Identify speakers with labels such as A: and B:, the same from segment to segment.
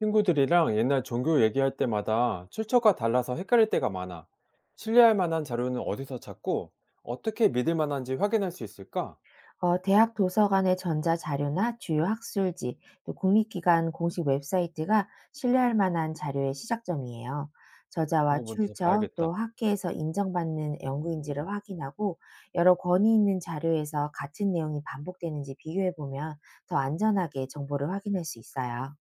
A: 친구들이랑 옛날 종교 얘기할 때마다 출처가 달라서 헷갈릴 때가 많아. 신뢰할 만한 자료는 어디서 찾고 어떻게 믿을 만한지 확인할 수 있을까?
B: 대학 도서관의 전자자료나 주요 학술지, 또 공익기관 공식 웹사이트가 신뢰할 만한 자료의 시작점이에요. 저자와
A: 그런 거 먼저
B: 출처,
A: 봐야겠다.
B: 또 학계에서 인정받는 연구인지를 확인하고 여러 권위 있는 자료에서 같은 내용이 반복되는지 비교해 보면 더 안전하게 정보를 확인할 수 있어요.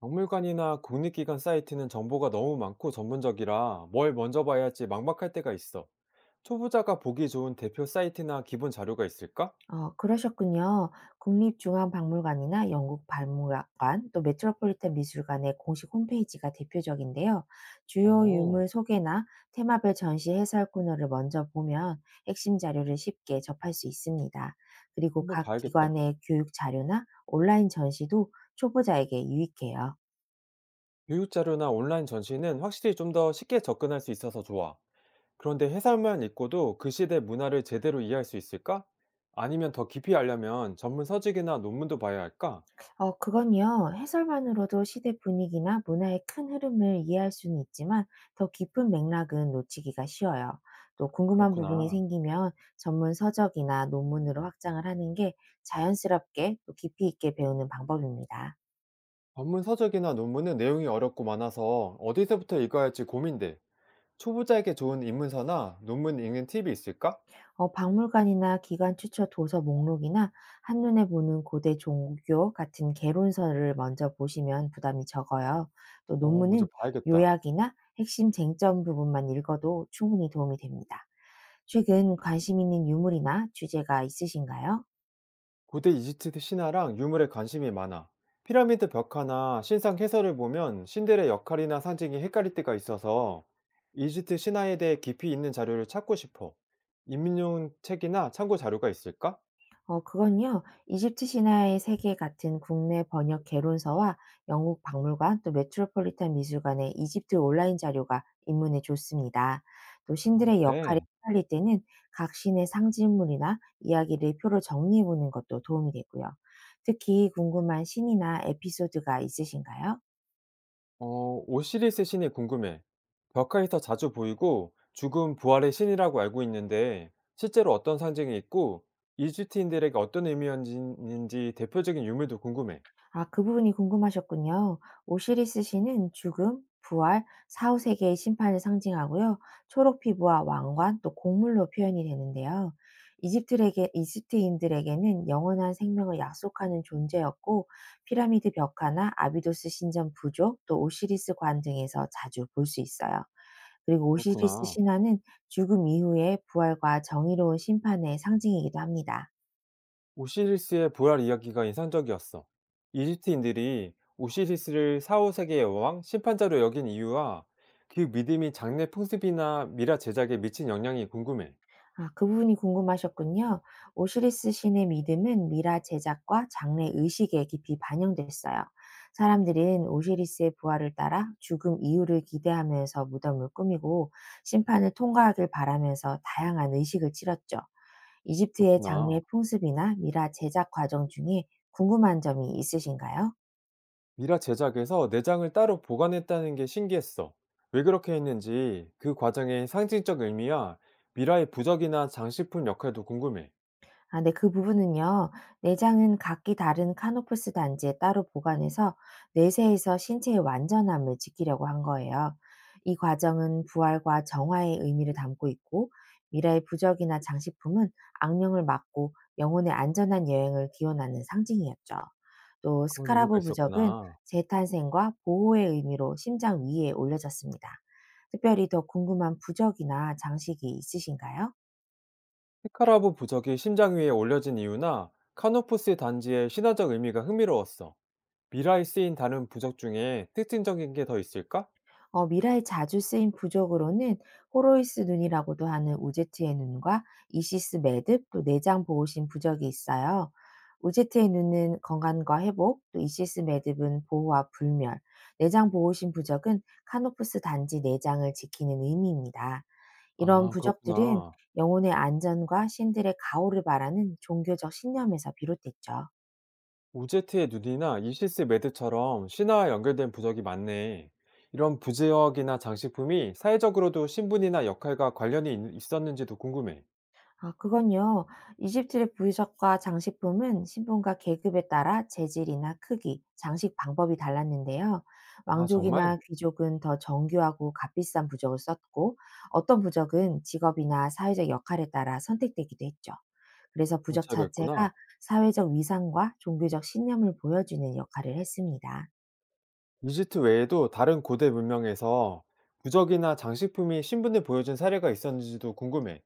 A: 박물관이나 국립기관 사이트는 정보가 너무 많고 전문적이라 뭘 먼저 봐야 할지 막막할 때가 있어. 초보자가 보기 좋은 대표 사이트나 기본 자료가 있을까?
B: 그러셨군요. 국립중앙박물관이나 영국 박물관, 또 메트로폴리탄 미술관의 공식 홈페이지가 대표적인데요. 주요
A: 어,
B: 유물 소개나 테마별 전시 해설 코너를 먼저 보면 핵심 자료를 쉽게 접할 수 있습니다. 그리고
A: 한번
B: 각
A: 봐야겠다.
B: 기관의 교육 자료나 온라인 전시도 초보자에게 유익해요.
A: 교육 자료나 온라인 전시는 확실히 좀 더 쉽게 접근할 수 있어서 좋아. 그런데 해설만 읽고도 그 시대 문화를 제대로 이해할 수 있을까? 아니면 더 깊이 알려면 전문 서적이나 논문도 봐야 할까?
B: 그건요. 해설만으로도 시대 분위기나 문화의 큰 흐름을 이해할 수는 있지만 더 깊은 맥락은 놓치기가 쉬워요. 또 궁금한 부분이
A: 그렇구나.
B: 생기면 전문 서적이나 논문으로 확장을 하는 게 자연스럽게 또 깊이 있게 배우는 방법입니다.
A: 전문 서적이나 논문은 내용이 어렵고 많아서 어디서부터 읽어야 할지 고민돼. 초보자에게 좋은 입문서나 논문 읽는 팁이 있을까?
B: 박물관이나 기관 추처 도서 목록이나 한눈에 보는 고대 종교 같은 개론서를 먼저 보시면 부담이 적어요. 또
A: 먼저
B: 논문은
A: 봐야겠다.
B: 요약이나 핵심 쟁점 부분만 읽어도 충분히 도움이 됩니다. 최근 관심 있는 유물이나 주제가 있으신가요?
A: 고대 이집트 신화랑 유물에 관심이 많아. 피라미드 벽화나 신상 해설을 보면 신들의 역할이나 상징이 헷갈릴 때가 있어서 이집트 신화에 대해 깊이 있는 자료를 찾고 싶어. 인민용 책이나 참고 자료가 있을까?
B: 그건요. 이집트 신화의 세계 같은 국내 번역 개론서와 영국 박물관 또 메트로폴리탄 미술관의 이집트 온라인 자료가 입문에 좋습니다. 또 신들의 역할이
A: 그래.
B: 헷갈릴 때는 각 신의 상징물이나 이야기를 표로 정리해 보는 것도 도움이 되고요. 특히 궁금한 신이나 에피소드가 있으신가요?
A: 어, 오시리스 신이 궁금해. 벽화에서 자주 보이고 죽음 부활의 신이라고 알고 있는데 실제로 어떤 상징이 있고 이집트인들에게 어떤 의미였는지 대표적인 유물도 궁금해.
B: 아, 그 부분이 궁금하셨군요. 오시리스 신은 죽음, 부활, 사후 세계의 심판을 상징하고요. 초록 피부와 왕관, 또 곡물로 표현이 되는데요. 이집트에게 이집트인들에게는 영원한 생명을 약속하는 존재였고 피라미드 벽화나 아비도스 신전 부조, 또 오시리스 관 등에서 자주 볼 수 있어요. 그리고 오시리스
A: 그렇구나.
B: 신화는 죽음 이후의 부활과 정의로운 심판의 상징이기도 합니다.
A: 오시리스의 보랄 이야기가 인상적이었어. 이집트인들이 오시리스를 사후 세계의 여왕, 심판자로 여긴 이유와 그 믿음이 장례 풍습이나 미라 제작에 미친 영향이 궁금해.
B: 아, 그 부분이 궁금하셨군요. 오시리스 신의 믿음은 미라 제작과 장래 의식에 깊이 반영됐어요. 사람들은 오시리스의 부활을 따라 죽음 이후를 기대하면서 무덤을 꾸미고 심판을 통과하길 바라면서 다양한 의식을 치렀죠. 이집트의 장례
A: 그렇구나.
B: 풍습이나 미라 제작 과정 중에 궁금한 점이 있으신가요?
A: 미라 제작에서 내장을 따로 보관했다는 게 신기했어. 왜 그렇게 했는지 그 과정의 상징적 의미와 미라의 부적이나 장식품 역할도 궁금해.
B: 아 네. 그 부분은요. 내장은 각기 다른 카노플스 단지에 따로 보관해서 내세에서 신체의 완전함을 지키려고 한 거예요. 이 과정은 부활과 정화의 의미를 담고 있고 미라의 부적이나 장식품은 악령을 막고 영혼의 안전한 여행을 기원하는 상징이었죠. 또
A: 그런 의미가
B: 스카라브 부적은
A: 있었구나.
B: 재탄생과 보호의 의미로 심장 위에 올려졌습니다. 특별히 더 궁금한 부적이나 장식이 있으신가요?
A: 스카라브 부적이 심장 위에 올려진 이유나 카노포스 단지의 신화적 의미가 흥미로웠어. 미라에 쓰인 다른 부적 중에 특징적인 게 더 있을까?
B: 미라에 자주 쓰인 부적으로는 호로이스 눈이라고도 하는 우제트의 눈과 이시스 매듭 또 내장 보호신 부적이 있어요. 우제트의 눈은 건강과 회복, 또 이시스 매듭은 보호와 불멸, 내장 보호신 부적은 카노프스 단지 내장을 지키는 의미입니다. 이런
A: 아,
B: 부적들은
A: 그렇구나.
B: 영혼의 안전과 신들의 가호를 바라는 종교적 신념에서 비롯됐죠.
A: 오제트의 눈이나 이시스 매드처럼 신화와 연결된 부적이 많네. 이런 부역이나 장식품이 사회적으로도 신분이나 역할과 관련이 있었는지도 궁금해.
B: 아, 그건요. 이집트의 부유석과 장식품은 신분과 계급에 따라 재질이나 크기, 장식 방법이 달랐는데요.
A: 아, 정말?
B: 왕족이나 귀족은 더 정교하고 값비싼 부적을 썼고, 어떤 부적은 직업이나 사회적 역할에 따라 선택되기도 했죠. 그래서
A: 그런
B: 부적
A: 차이가 있구나.
B: 자체가 사회적 위상과 종교적 신념을 보여주는 역할을 했습니다.
A: 이집트 외에도 다른 고대 문명에서 부적이나 장식품이 신분을 보여준 사례가 있었는지도 궁금해.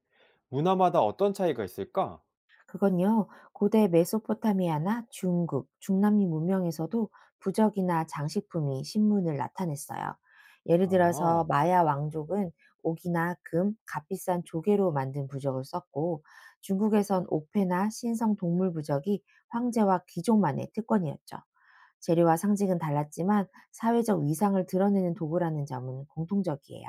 A: 문화마다 어떤 차이가 있을까?
B: 그건요, 고대 메소포타미아나 중국, 중남미 문명에서도 부적이나 장식품이 신문을 나타냈어요. 예를 들어서
A: 아.
B: 마야 왕족은 옥이나 금, 값비싼 조개로 만든 부적을 썼고, 중국에선 옥패나 신성 동물 부적이 황제와 귀족만의 특권이었죠. 재료와 상징은 달랐지만 사회적 위상을 드러내는 도구라는 점은 공통적이에요.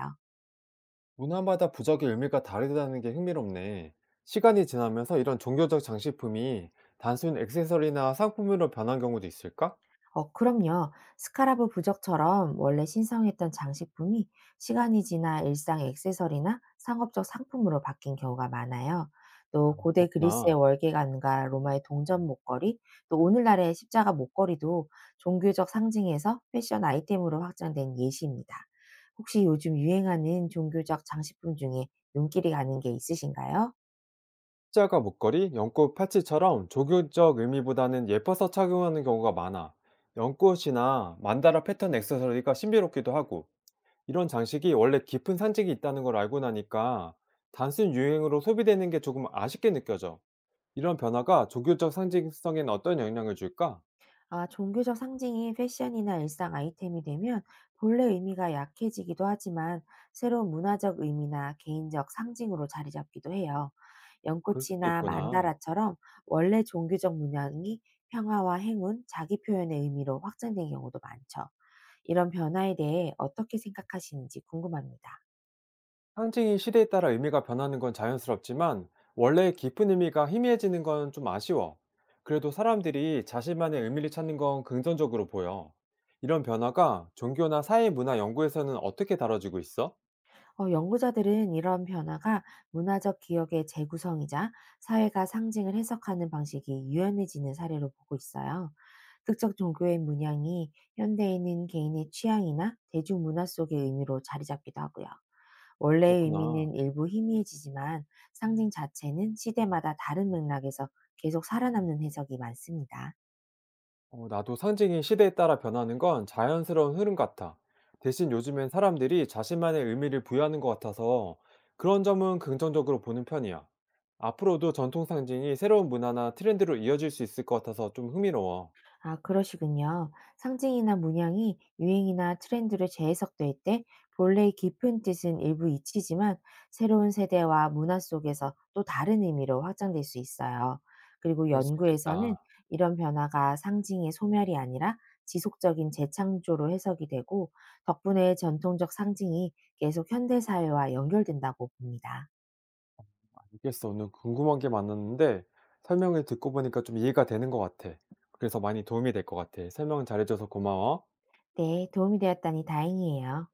A: 문화마다 부적의 의미가 다르다는 게 흥미롭네. 시간이 지나면서 이런 종교적 장식품이 단순 액세서리나 상품으로 변한 경우도 있을까?
B: 그럼요. 스카라브 부적처럼 원래 신성했던 장식품이 시간이 지나 일상 액세서리나 상업적 상품으로 바뀐 경우가 많아요. 또 고대 그리스의
A: 그렇구나.
B: 월계관과 로마의 동전 목걸이, 또 오늘날의 십자가 목걸이도 종교적 상징에서 패션 아이템으로 확장된 예시입니다. 혹시 요즘 유행하는 종교적 장식품 중에 눈길이 가는 게 있으신가요?
A: 십자가 목걸이, 연꽃 팔찌처럼 종교적 의미보다는 예뻐서 착용하는 경우가 많아. 연꽃이나 만다라 패턴 액세서리가 신비롭기도 하고, 이런 장식이 원래 깊은 산책이 있다는 걸 알고 나니까 단순 유행으로 소비되는 게 조금 아쉽게 느껴져. 이런 변화가 종교적 상징성에는 어떤 영향을 줄까?
B: 아, 종교적 상징이 패션이나 일상 아이템이 되면 본래 의미가 약해지기도 하지만 새로운 문화적 의미나 개인적 상징으로 자리 잡기도 해요.
A: 그럴 수도
B: 연꽃이나
A: 있구나.
B: 만다라처럼 원래 종교적 문양이 평화와 행운, 자기 표현의 의미로 확장된 경우도 많죠. 이런 변화에 대해 어떻게 생각하시는지 궁금합니다.
A: 상징이 시대에 따라 의미가 변하는 건 자연스럽지만 원래의 깊은 의미가 희미해지는 건 좀 아쉬워. 그래도 사람들이 자신만의 의미를 찾는 건 긍정적으로 보여. 이런 변화가 종교나 사회 문화 연구에서는 어떻게 다뤄지고 있어?
B: 연구자들은 이런 변화가 문화적 기억의 재구성이자 사회가 상징을 해석하는 방식이 유연해지는 사례로 보고 있어요. 특정 종교의 문양이 현대에는 개인의 취향이나 대중문화 속의 의미로 자리 잡기도 하고요. 원래의
A: 그렇구나.
B: 의미는 일부 희미해지지만 상징 자체는 시대마다 다른 맥락에서 계속 살아남는 해석이 많습니다.
A: 나도 상징이 시대에 따라 변하는 건 자연스러운 흐름 같아. 대신 요즘엔 사람들이 자신만의 의미를 부여하는 것 같아서 그런 점은 긍정적으로 보는 편이야. 앞으로도 전통 상징이 새로운 문화나 트렌드로 이어질 수 있을 것 같아서 좀 흥미로워.
B: 아, 그러시군요. 상징이나 문양이 유행이나 트렌드로 재해석될 때 본래의 깊은 뜻은 일부 잊히지만 새로운 세대와 문화 속에서 또 다른 의미로 확장될 수 있어요. 그리고
A: 그럴 수
B: 연구에서는
A: 있겠다.
B: 이런 변화가 상징의 소멸이 아니라 지속적인 재창조로 해석이 되고 덕분에 전통적 상징이 계속 현대사회와 연결된다고 봅니다.
A: 알겠어. 오늘 궁금한 게 많았는데 설명을 듣고 보니까 좀 이해가 되는 것 같아. 그래서 많이 도움이 될 것 같아. 설명 잘해줘서 고마워.
B: 네, 도움이 되었다니 다행이에요.